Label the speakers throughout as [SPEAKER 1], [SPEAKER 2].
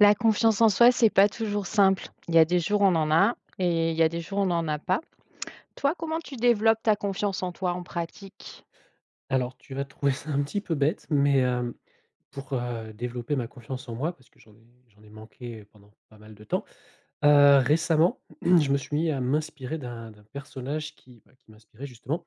[SPEAKER 1] La confiance en soi, c'est pas toujours simple. Il y a des jours, on en a et il y a des jours, on n'en a pas. Toi, comment tu développes ta confiance en toi en pratique?
[SPEAKER 2] Alors, tu vas trouver ça un petit peu bête, mais pour, développer ma confiance en moi, parce que j'en ai manqué pendant pas mal de temps, récemment, je me suis mis à m'inspirer d'un personnage qui, bah, qui m'inspirait justement.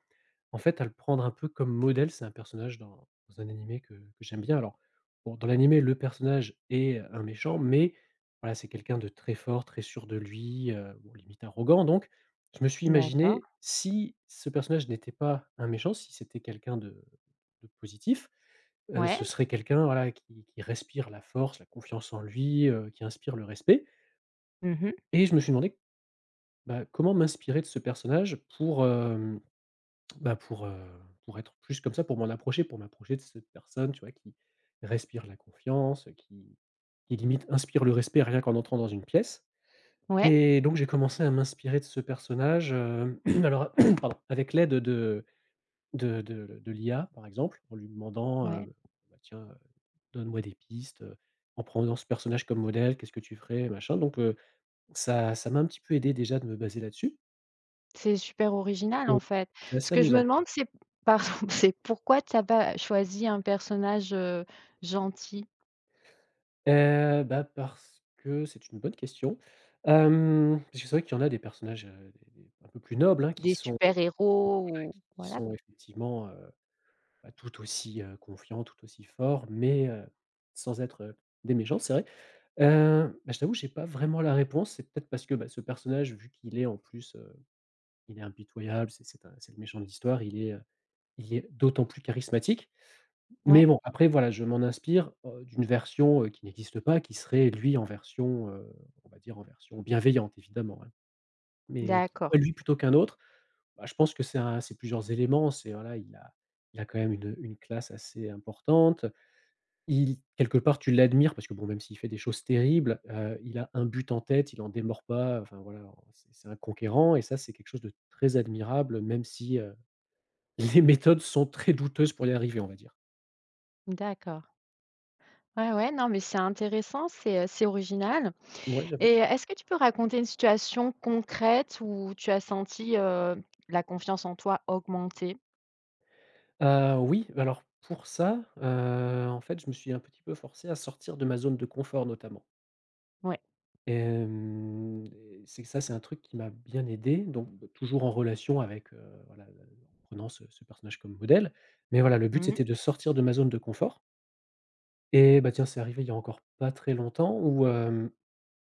[SPEAKER 2] En fait, à le prendre un peu comme modèle, c'est un personnage dans un animé que j'aime bien. Alors, bon, dans l'animé, le personnage est un méchant, mais voilà, c'est quelqu'un de très fort, très sûr de lui, bon, limite arrogant donc je me suis
[SPEAKER 1] D'accord.
[SPEAKER 2] imaginé si ce personnage n'était pas un méchant, si c'était quelqu'un de positif,
[SPEAKER 1] Ouais.
[SPEAKER 2] ce serait quelqu'un, voilà, qui respire la force, la confiance en lui, qui inspire le respect
[SPEAKER 1] Mmh.
[SPEAKER 2] et je me suis demandé, bah, comment m'inspirer de ce personnage pour, bah, pour être plus comme ça, pour m'en approcher pour m'approcher de cette personne, tu vois, qui respire la confiance, qui limite inspire le respect rien qu'en entrant dans une pièce.
[SPEAKER 1] Ouais,
[SPEAKER 2] Et donc j'ai commencé à m'inspirer de ce personnage, alors, pardon, avec l'aide de de l'IA, par exemple, en lui demandant,
[SPEAKER 1] ouais.
[SPEAKER 2] bah, tiens, donne-moi des pistes, en prenant ce personnage comme modèle, qu'est-ce que tu ferais? Machin, donc ça m'a un petit peu aidé déjà de me baser là-dessus.
[SPEAKER 1] C'est super original, en
[SPEAKER 2] Mmh.
[SPEAKER 1] fait.
[SPEAKER 2] C'est
[SPEAKER 1] Ce
[SPEAKER 2] assez
[SPEAKER 1] que je me
[SPEAKER 2] amusant.
[SPEAKER 1] demande, c'est pardon, c'est pourquoi tu as pas choisi un personnage, gentil?
[SPEAKER 2] Bah, parce que c'est une bonne question. Parce que c'est vrai qu'il y en a des personnages, des un peu plus nobles, hein,
[SPEAKER 1] Des super-héros ou
[SPEAKER 2] qui
[SPEAKER 1] voilà.
[SPEAKER 2] sont effectivement, bah, tout aussi, confiants, tout aussi forts, mais sans être, des méchants, c'est vrai. Bah, je t'avoue, j'ai pas vraiment la réponse. C'est peut-être parce que, bah, ce personnage, vu qu'il est en plus, il est impitoyable, c'est un c'est le méchant de l'histoire, il est d'autant plus charismatique. Mais
[SPEAKER 1] Ouais.
[SPEAKER 2] bon, après voilà, je m'en inspire, d'une version, qui n'existe pas, qui serait lui en version, on va dire en version bienveillante évidemment, hein. Mais
[SPEAKER 1] D'accord,
[SPEAKER 2] pourquoi lui plutôt qu'un autre? Bah, je pense que c'est un c'est plusieurs éléments. C'est voilà, il a quand même une classe assez importante. Il quelque part, tu l'admires parce que bon, même s'il fait des choses terribles, il a un but en tête, il en démord pas, enfin voilà, c'est un conquérant et ça, c'est quelque chose de très admirable, même si, les méthodes sont très douteuses pour y arriver, on va dire.
[SPEAKER 1] d'accord. Ouais, ouais, non, mais c'est intéressant, c'est original.
[SPEAKER 2] Ouais, j'avoue.
[SPEAKER 1] Et est-ce que tu peux raconter une situation concrète où tu as senti, la confiance en toi augmenter?
[SPEAKER 2] Oui, alors pour ça, en fait, je me suis un petit peu forcé à sortir de ma zone de confort notamment.
[SPEAKER 1] Ouais.
[SPEAKER 2] Hem, et c'est ça, c'est un truc qui m'a bien aidé, donc bah, toujours en relation avec, voilà, en prenant ce personnage comme modèle, mais voilà, le but,
[SPEAKER 1] Mmh mh.
[SPEAKER 2] c'était de sortir de ma zone de confort. Et bah, tiens, c'est arrivé il y a encore pas très longtemps où,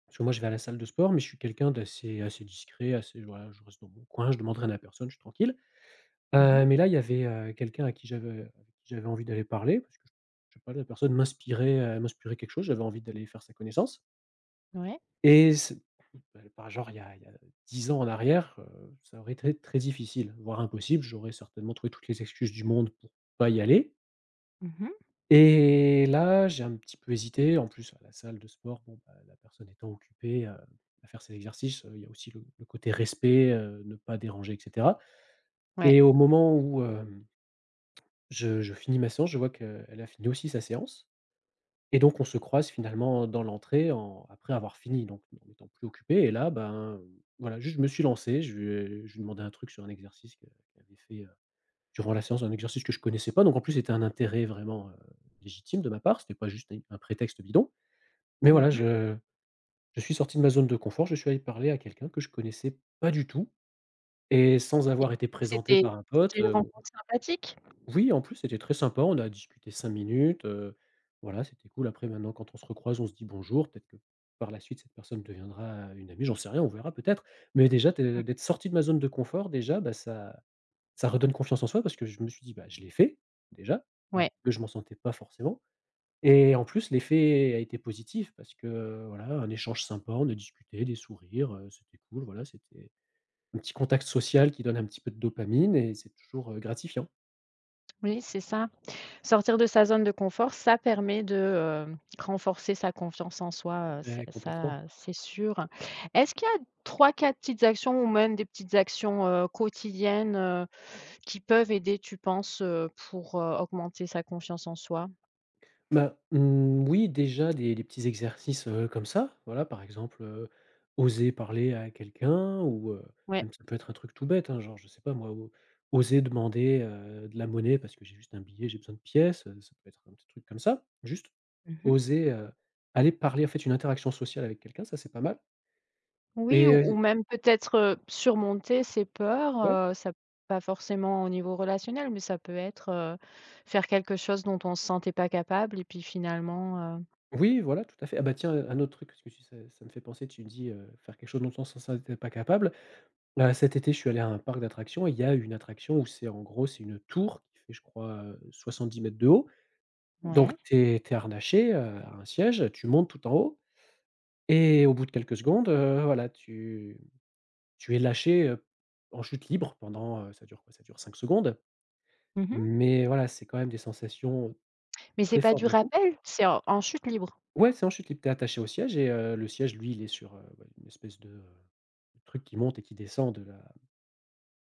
[SPEAKER 2] parce que moi je vais à la salle de sport, mais je suis quelqu'un d'assez assez discret, assez voilà, je reste dans mon coin, je demande rien à personne, je suis tranquille.
[SPEAKER 1] Mmh.
[SPEAKER 2] Mais là, il y avait, quelqu'un à qui j'avais avec qui j'avais envie d'aller parler parce que je sais pas, la personne m'inspirait, m'inspirait quelque chose, j'avais envie d'aller faire sa connaissance
[SPEAKER 1] Ouais.
[SPEAKER 2] et c'est bah, par genre il y a 10 ans en arrière, ça aurait été très difficile, voire impossible. J'aurais certainement trouvé toutes les excuses du monde pour pas y aller.
[SPEAKER 1] Mmh.
[SPEAKER 2] Et là, j'ai un petit peu hésité. En plus, à la salle de sport, bon, bah, la personne étant occupée, à faire ses exercices, il y a aussi le côté respect, ne pas déranger et cetera.
[SPEAKER 1] Ouais.
[SPEAKER 2] Et au moment où, je finis ma séance, je vois qu'elle a fini aussi sa séance et donc on se croise finalement dans l'entrée en après avoir fini, donc en étant plus occupé. Et là, ben, voilà, juste je me suis lancé, je lui ai demandé un truc sur un exercice que qu'elle avait fait, durant la séance, un exercice que je connaissais pas, donc en plus c'était un intérêt vraiment, légitime de ma part, c'était pas juste un prétexte bidon. Mais voilà,
[SPEAKER 1] Mmh.
[SPEAKER 2] je suis sorti de ma zone de confort, je suis allé parler à quelqu'un que je connaissais pas du tout et sans
[SPEAKER 1] Et
[SPEAKER 2] avoir été présenté
[SPEAKER 1] c'était
[SPEAKER 2] par un
[SPEAKER 1] c'était
[SPEAKER 2] pote,
[SPEAKER 1] une rencontre sympathique?
[SPEAKER 2] oui, en plus c'était très sympa, on a discuté 5 minutes, voilà, c'était cool. Après maintenant quand on se recroise, on se dit bonjour, peut-être que par la suite cette personne deviendra une amie, j'en sais rien, on verra peut-être. Mais déjà, de
[SPEAKER 1] Mmh.
[SPEAKER 2] d'être sorti de ma zone de confort déjà, bah, ça redonne confiance en soi parce que je me suis dit: «Bah, je l'ai fait déjà»,
[SPEAKER 1] Ouais.
[SPEAKER 2] alors que je m'en sentais pas forcément et en plus l'effet a été positif parce que, voilà, un échange sympa, on a discuté, des sourires, c'était cool, voilà, c'était un petit contact social qui donne un petit peu de dopamine et c'est toujours, gratifiant.
[SPEAKER 1] Oui, c'est ça. Sortir de sa zone de confort, ça permet de, renforcer sa confiance en soi, ça
[SPEAKER 2] Ouais, complètement.
[SPEAKER 1] ça, c'est sûr. Est-ce qu'il y a trois, quatre petites actions ou même des petites actions, quotidiennes, qui peuvent aider, tu penses, pour, augmenter sa confiance en soi?
[SPEAKER 2] Bah, mmh, oui, déjà des petits exercices, comme ça, voilà, par exemple, oser parler à quelqu'un ou,
[SPEAKER 1] Ouais.
[SPEAKER 2] même ça peut être un truc tout bête, hein, genre, je sais pas moi, o oser demander, de la monnaie parce que j'ai juste un billet, j'ai besoin de pièces, ça peut être un petit truc comme ça. Juste
[SPEAKER 1] Mmh.
[SPEAKER 2] oser, aller parler, en fait, une interaction sociale avec quelqu'un, ça, c'est pas mal
[SPEAKER 1] Oui,
[SPEAKER 2] et
[SPEAKER 1] ou
[SPEAKER 2] heu
[SPEAKER 1] même peut-être, surmonter ses peurs,
[SPEAKER 2] ouais,
[SPEAKER 1] ça pas forcément au niveau relationnel, mais ça peut être, faire quelque chose dont on ne se sentait pas capable et puis finalement,
[SPEAKER 2] oui, voilà, tout à fait. Ah bah, tiens, un autre truc, parce que tu ça ça me fait penser, tu dis, faire quelque chose dont on se sentait pas capable. Bah, cet été, je suis allé à un parc d'attractions et il y a une attraction où c'est en gros, c'est une tour qui fait, je crois, 70 mètres de haut. Donc
[SPEAKER 1] ouais.
[SPEAKER 2] tu es harnaché, à un siège, tu montes tout en haut et au bout de quelques secondes, voilà, tu es lâché, en chute libre pendant, ça dure quoi? Ça dure 5 secondes,
[SPEAKER 1] Mmh.
[SPEAKER 2] mais voilà, c'est quand même des sensations
[SPEAKER 1] Mais c'est
[SPEAKER 2] très
[SPEAKER 1] pas
[SPEAKER 2] fortes
[SPEAKER 1] du
[SPEAKER 2] d'un coup.
[SPEAKER 1] rappel, c'est en chute libre.
[SPEAKER 2] Ouais, c'est en chute libre, tu es attaché au siège et le siège, lui, il est sur, bah, une espèce de, truc qui monte et qui descend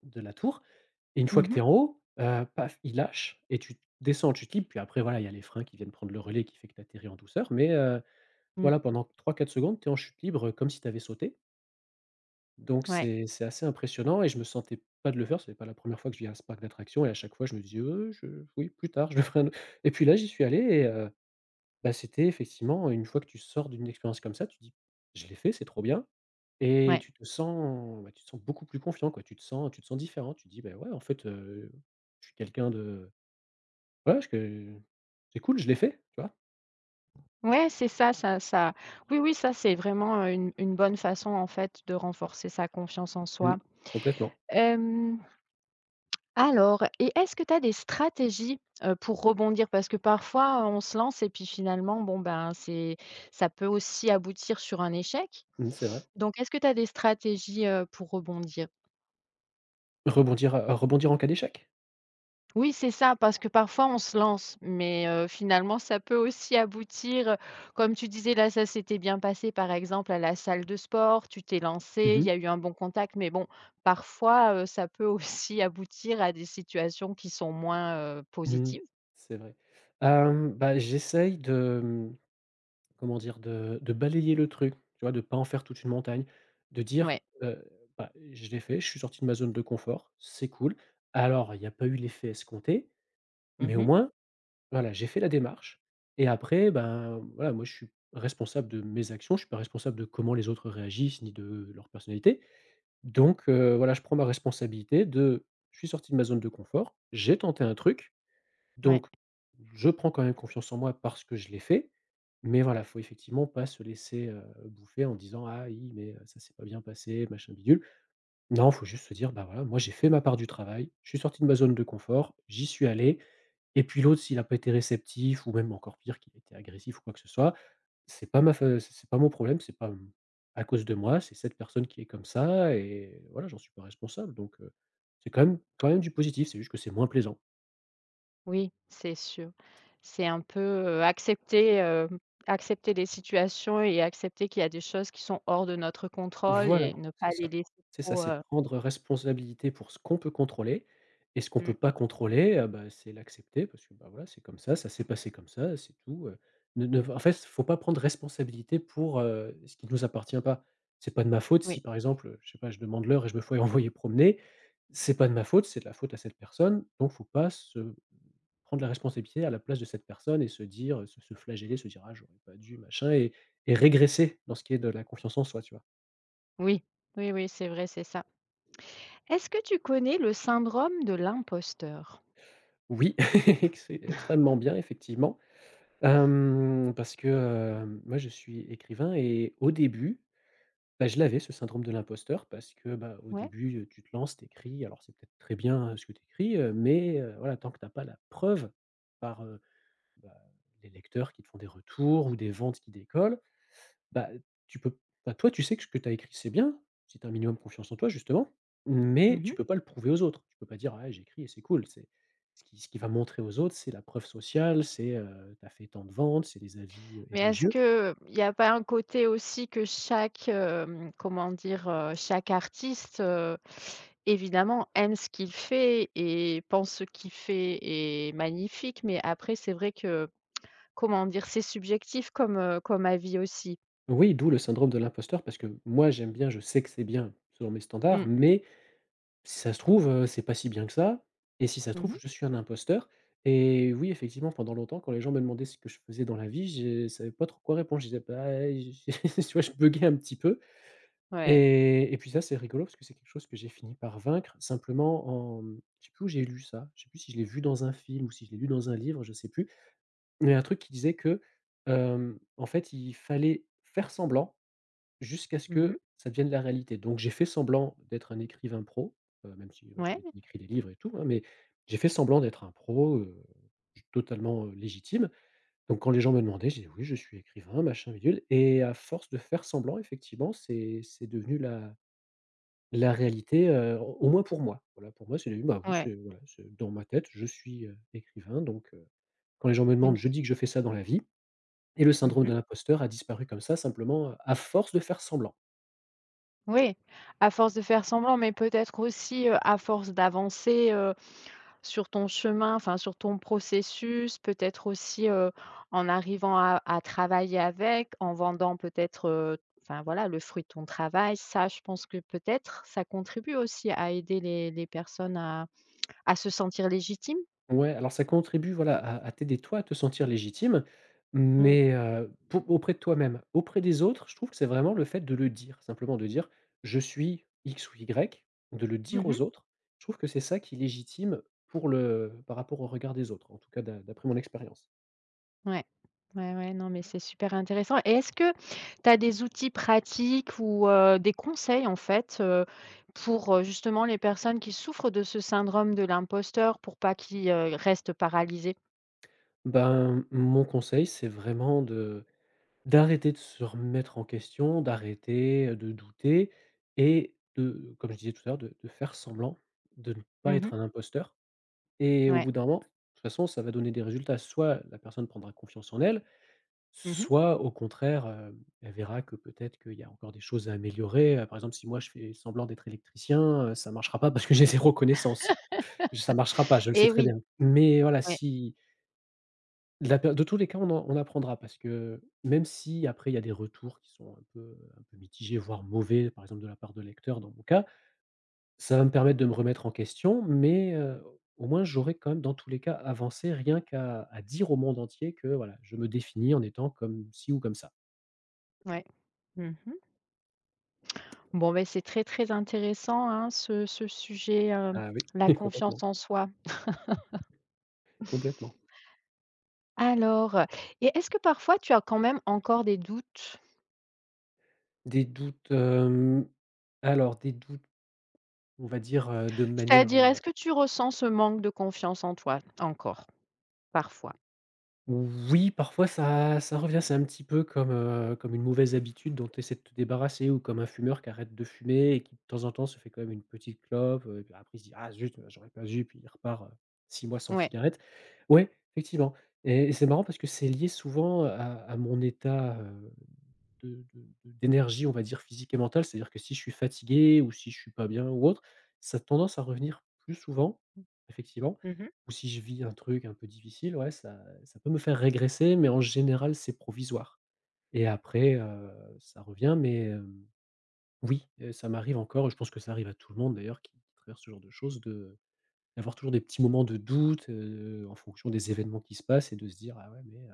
[SPEAKER 2] de la tour. Et une fois que
[SPEAKER 1] Mmh mh.
[SPEAKER 2] tu es en haut, paf, il lâche et tu descends, tu te libres, puis après voilà, il y a les freins qui viennent prendre le relais qui fait que tu atterris en douceur, mais
[SPEAKER 1] Mmh.
[SPEAKER 2] voilà, pendant trois, quatre secondes, tu es en chute libre, comme si tu avais sauté. Donc
[SPEAKER 1] Ouais,
[SPEAKER 2] c'est assez impressionnant et je me sentais pas de le faire, c'était pas la première fois que je viens à ce parc d'attractions et à chaque fois je me disais: je oui, plus tard, je le ferai un au» et puis là, j'y suis allé et bah, c'était effectivement une fois que tu sors d'une expérience comme ça, tu dis: «Je l'ai fait, c'est trop bien». Et
[SPEAKER 1] ouais.
[SPEAKER 2] tu te sens bah, tu te sens beaucoup plus confiant, quoi. Tu te sens différent. Tu te dis: «Bah, ouais, en fait, je suis quelqu'un de ouais, je que c'est cool, je l'ai fait», tu vois?
[SPEAKER 1] Ouais, c'est ça, ça ça oui, oui, ça, c'est vraiment, une bonne façon, en fait, de renforcer sa confiance en
[SPEAKER 2] Mmh,
[SPEAKER 1] soi.
[SPEAKER 2] complètement.
[SPEAKER 1] Hem Alors et est-ce que tu as des stratégies, pour rebondir? Parce que parfois, on se lance et puis finalement, bon, ben, c'est ça peut aussi aboutir sur un échec.
[SPEAKER 2] Mmh, c'est vrai.
[SPEAKER 1] Donc est-ce que tu as des stratégies, pour rebondir?
[SPEAKER 2] Rebondir, rebondir en cas d'échec.
[SPEAKER 1] Oui, c'est ça, parce que parfois on se lance, mais finalement ça peut aussi aboutir, comme tu disais là, ça s'était bien passé par exemple à la salle de sport, tu t'es lancé,
[SPEAKER 2] Mmh
[SPEAKER 1] il
[SPEAKER 2] mh.
[SPEAKER 1] y a eu un bon contact, mais bon, parfois, ça peut aussi aboutir à des situations qui sont moins,
[SPEAKER 2] Mmh,
[SPEAKER 1] positives.
[SPEAKER 2] c'est vrai. Bah, j'essaye de, mmh, comment dire? De balayer le truc, tu vois? De pas en faire toute une montagne, de dire:
[SPEAKER 1] Ouais.
[SPEAKER 2] «Heu, bah, je l'ai fait, je suis sorti de ma zone de confort, c'est cool. Alors, il y a pas eu l'effet escompté, mais au
[SPEAKER 1] Mmh.
[SPEAKER 2] moins voilà, j'ai fait la démarche et après, ben, voilà, moi, je suis responsable de mes actions, je suis pas responsable de comment les autres réagissent ni de leur personnalité. Donc voilà, je prends ma responsabilité de je suis sorti de ma zone de confort, j'ai tenté un truc,
[SPEAKER 1] Ouais,
[SPEAKER 2] donc je prends quand même confiance en moi parce que je l'ai fait. Mais voilà, faut effectivement pas se laisser, bouffer en disant: «Ah oui, mais ça s'est pas bien passé, machin bidule». Non, faut juste se dire: «Bah, voilà, moi, j'ai fait ma part du travail, je suis sorti de ma zone de confort, j'y suis allé, et puis l'autre, s'il n'a pas été réceptif ou même encore pire, qu'il a été agressif ou quoi que ce soit, c'est pas mon problème, c'est pas, mmh, à cause de moi, c'est cette personne qui est comme ça et voilà, j'en suis pas responsable donc c'est quand même du positif, c'est juste que c'est moins plaisant.
[SPEAKER 1] oui, c'est sûr. C'est un peu, accepter les situations et accepter qu'il y a des choses qui sont hors de notre contrôle
[SPEAKER 2] Voilà,
[SPEAKER 1] et ne pas
[SPEAKER 2] c'est
[SPEAKER 1] les
[SPEAKER 2] ça.
[SPEAKER 1] laisser
[SPEAKER 2] C'est ça,
[SPEAKER 1] trop,
[SPEAKER 2] c'est
[SPEAKER 1] heu
[SPEAKER 2] prendre responsabilité pour ce qu'on peut contrôler et ce qu'on peut
[SPEAKER 1] Mmh,
[SPEAKER 2] pas contrôler, bah, c'est l'accepter parce que, bah, voilà, c'est comme ça s'est passé comme ça, c'est tout. Ne en fait, faut pas prendre responsabilité pour, ce qui nous appartient pas. C'est pas de ma faute
[SPEAKER 1] oui,
[SPEAKER 2] si, par exemple, je sais pas, je demande l'heure et je me fais envoyer promener, c'est pas de ma faute, c'est de la faute à cette personne, donc faut pas se prendre la responsabilité à la place de cette personne et se dire, se flageller, se dire: «Ah, j'aurais pas dû», machin et régresser dans ce qui est de la confiance en soi, tu vois?
[SPEAKER 1] oui, oui, oui, c'est vrai, c'est ça. Est-ce que tu connais le syndrome de l'imposteur?
[SPEAKER 2] Oui, ex extrêmement bien effectivement, parce que, moi je suis écrivain et au début, bah, je l'avais ce syndrome de l'imposteur parce que, bah, au
[SPEAKER 1] Ouais.
[SPEAKER 2] début, tu te lances, t'écris, alors c'est peut-être très bien, ce que tu écris, mais, voilà, tant que t'as pas la preuve par, heu, bah, les lecteurs qui te font des retours ou des ventes qui décollent, bah, tu peux bah, toi, tu sais que ce que tu as écrit, c'est bien, si tu as un minimum confiance en toi justement, mais tu
[SPEAKER 1] Mmh.
[SPEAKER 2] peux pas le prouver aux autres. Tu peux pas dire: ah j'ai écrit et c'est cool». C'est ce qui va montrer aux autres, c'est la preuve sociale, c'est, tu as fait tant de ventes, c'est des avis,
[SPEAKER 1] Mais est-ce
[SPEAKER 2] élogieux.
[SPEAKER 1] que, il n'y a pas un côté aussi que chaque, comment dire, chaque artiste, évidemment aime ce qu'il fait et pense ce qu'il fait est magnifique, mais après c'est vrai que, comment dire, c'est subjectif comme, comme avis aussi.
[SPEAKER 2] Oui, d'où le syndrome de l'imposteur parce que moi, j'aime bien, je sais que c'est bien selon mes standards,
[SPEAKER 1] Mmh.
[SPEAKER 2] mais si ça se trouve, c'est pas si bien que ça et si ça se trouve,
[SPEAKER 1] Mmh.
[SPEAKER 2] je suis un imposteur et oui, effectivement, pendant longtemps, quand les gens me demandaient ce que je faisais dans la vie, je savais pas trop quoi répondre. Je disais: «Bah, tu vois, je buguais un petit peu.
[SPEAKER 1] Ouais.
[SPEAKER 2] Et puis ça, c'est rigolo parce que c'est quelque chose que j'ai fini par vaincre simplement en je sais plus où j'ai lu ça, je sais plus si je l'ai vu dans un film ou si je l'ai lu dans un livre, je sais plus. Mais un truc qui disait que, en fait, il fallait faire semblant jusqu'à ce
[SPEAKER 1] Mmh.
[SPEAKER 2] que ça devienne la réalité. Donc j'ai fait semblant d'être un écrivain pro, même si, bah,
[SPEAKER 1] Ouais,
[SPEAKER 2] j'avais écrit des livres et tout, hein, mais j'ai fait semblant d'être un pro, totalement, légitime. Donc quand les gens me demandaient, j'ai dit: «Oui, je suis écrivain, machin bidule» et à force de faire semblant, effectivement, c'est devenu la réalité, au moins pour moi. Voilà, pour moi, c'est bah, oui,
[SPEAKER 1] ouais.
[SPEAKER 2] c'est voilà, c'est dans ma tête, je suis, écrivain donc quand les gens me
[SPEAKER 1] Une
[SPEAKER 2] demandent, je dis que je fais ça dans la vie et le syndrome de
[SPEAKER 1] mmh
[SPEAKER 2] l'imposteur a disparu comme ça simplement, à force de faire semblant.
[SPEAKER 1] Oui, à force de faire semblant, mais peut-être aussi, à force d'avancer, sur ton chemin, enfin sur ton processus, peut-être aussi, en arrivant à travailler avec, en vendant peut-être, enfin voilà le fruit de ton travail. Ça, je pense que peut-être ça contribue aussi à aider les personnes à se sentir légitimes?
[SPEAKER 2] Ouais, alors ça contribue, voilà, à t'aider toi à te sentir légitime,
[SPEAKER 1] Mmh.
[SPEAKER 2] mais pour auprès de toi-même. Auprès des autres, je trouve que c'est vraiment le fait de le dire, simplement de dire: «Je suis X ou Y», de le dire
[SPEAKER 1] Mmh.
[SPEAKER 2] aux autres. Je trouve que c'est ça qui légitime pour le par rapport au regard des autres, en tout cas d'après mon expérience.
[SPEAKER 1] Ouais. Ouais, ouais, non, mais c'est super intéressant et est-ce que tu as des outils pratiques ou, des conseils en fait, pour, justement les personnes qui souffrent de ce syndrome de l'imposteur pour pas qu'ils, restent paralysés?
[SPEAKER 2] Ben, mon conseil, c'est vraiment de d'arrêter de se remettre en question, d'arrêter, de douter et de comme je disais tout à l'heure, de faire semblant, de ne pas
[SPEAKER 1] Mmh mh.
[SPEAKER 2] être un imposteur et au
[SPEAKER 1] Ouais.
[SPEAKER 2] bout d'un moment, de toute façon, ça va donner des résultats. Soit la personne prendra confiance en elle,
[SPEAKER 1] Mmh mh.
[SPEAKER 2] soit au contraire, elle verra que peut-être qu'il y a encore des choses à améliorer. Par exemple, si moi je fais semblant d'être électricien, ça marchera pas parce que j'ai zéro connaissance. Ça marchera pas, je le sais
[SPEAKER 1] Et
[SPEAKER 2] très
[SPEAKER 1] oui,
[SPEAKER 2] bien. Mais voilà,
[SPEAKER 1] ouais,
[SPEAKER 2] si de La per de tous les cas, on apprendra parce que même si après il y a des retours qui sont un peu mitigés, voire mauvais, par exemple de la part de lecteurs dans mon cas, ça va me permettre de me remettre en question, mais au moins j'aurai quand même dans tous les cas avancé rien qu'à dire au monde entier que voilà, je me définis en étant comme ci ou comme ça.
[SPEAKER 1] ouais. Mmh mh. Bon, beh, c'est très, très intéressant, hein, ce sujet,
[SPEAKER 2] Ah oui,
[SPEAKER 1] la confiance
[SPEAKER 2] complètement,
[SPEAKER 1] en soi.
[SPEAKER 2] complètement.
[SPEAKER 1] Alors, et est-ce que parfois tu as quand même encore des doutes?
[SPEAKER 2] Des doutes, alors des doutes, on va dire, de manière,
[SPEAKER 1] C'est-à-dire, est-ce que tu ressens ce manque de confiance en toi encore, parfois?
[SPEAKER 2] oui, parfois ça revient, c'est un petit peu comme, comme une mauvaise habitude dont tu essaies de te débarrasser ou comme un fumeur qui arrête de fumer et qui de temps en temps se fait quand même une petite clope, et puis après il se dit: «Ah zut, bah, j'aurais pas dû» puis il repart, 6 mois sans
[SPEAKER 1] Ouais.
[SPEAKER 2] cigarette. Ouais, effectivement et c'est marrant parce que c'est lié souvent à mon état, de d'énergie, on va dire, physique et mentale. C'est-à-dire que si je suis fatigué ou si je suis pas bien ou autre, ça a tendance à revenir plus souvent, effectivement.
[SPEAKER 1] Mmh mh.
[SPEAKER 2] Ou si je vis un truc un peu difficile, ouais, ça peut me faire régresser, mais en général, c'est provisoire et après, ça revient, mais oui, ça m'arrive encore et je pense que ça arrive à tout le monde d'ailleurs qui traverse ce genre de choses de d'avoir toujours des petits moments de doute, en fonction des événements qui se passent et de se dire: «Ah ouais, mais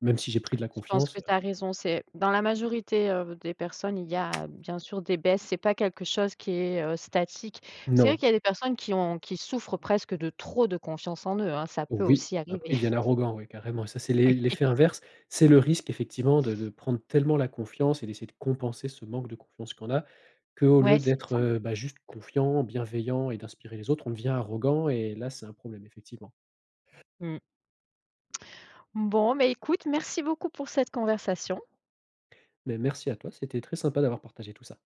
[SPEAKER 2] même si j'ai pris de la
[SPEAKER 1] Je pense
[SPEAKER 2] confiance,
[SPEAKER 1] que tu as raison, c'est dans la majorité, des personnes, il y a bien sûr des baisses, c'est pas quelque chose qui est, statique. C'est vrai
[SPEAKER 2] non.
[SPEAKER 1] qu'il y a des personnes qui souffrent presque de trop de confiance en eux, hein, ça peut
[SPEAKER 2] Oui,
[SPEAKER 1] aussi
[SPEAKER 2] après
[SPEAKER 1] arriver.
[SPEAKER 2] ils deviennent arrogants, oui, carrément et ça c'est l'effet inverse. C'est le risque effectivement de prendre tellement la confiance et d'essayer de compenser ce manque de confiance qu'on a, qu'au
[SPEAKER 1] Ouais,
[SPEAKER 2] lieu
[SPEAKER 1] c'est
[SPEAKER 2] d'être,
[SPEAKER 1] ça.
[SPEAKER 2] bah, juste confiant, bienveillant et d'inspirer les autres, on devient arrogant et là c'est un problème effectivement.
[SPEAKER 1] Mmh. Bon, mais écoute, merci beaucoup pour cette conversation.
[SPEAKER 2] Mais merci à toi, c'était très sympa d'avoir partagé tout ça.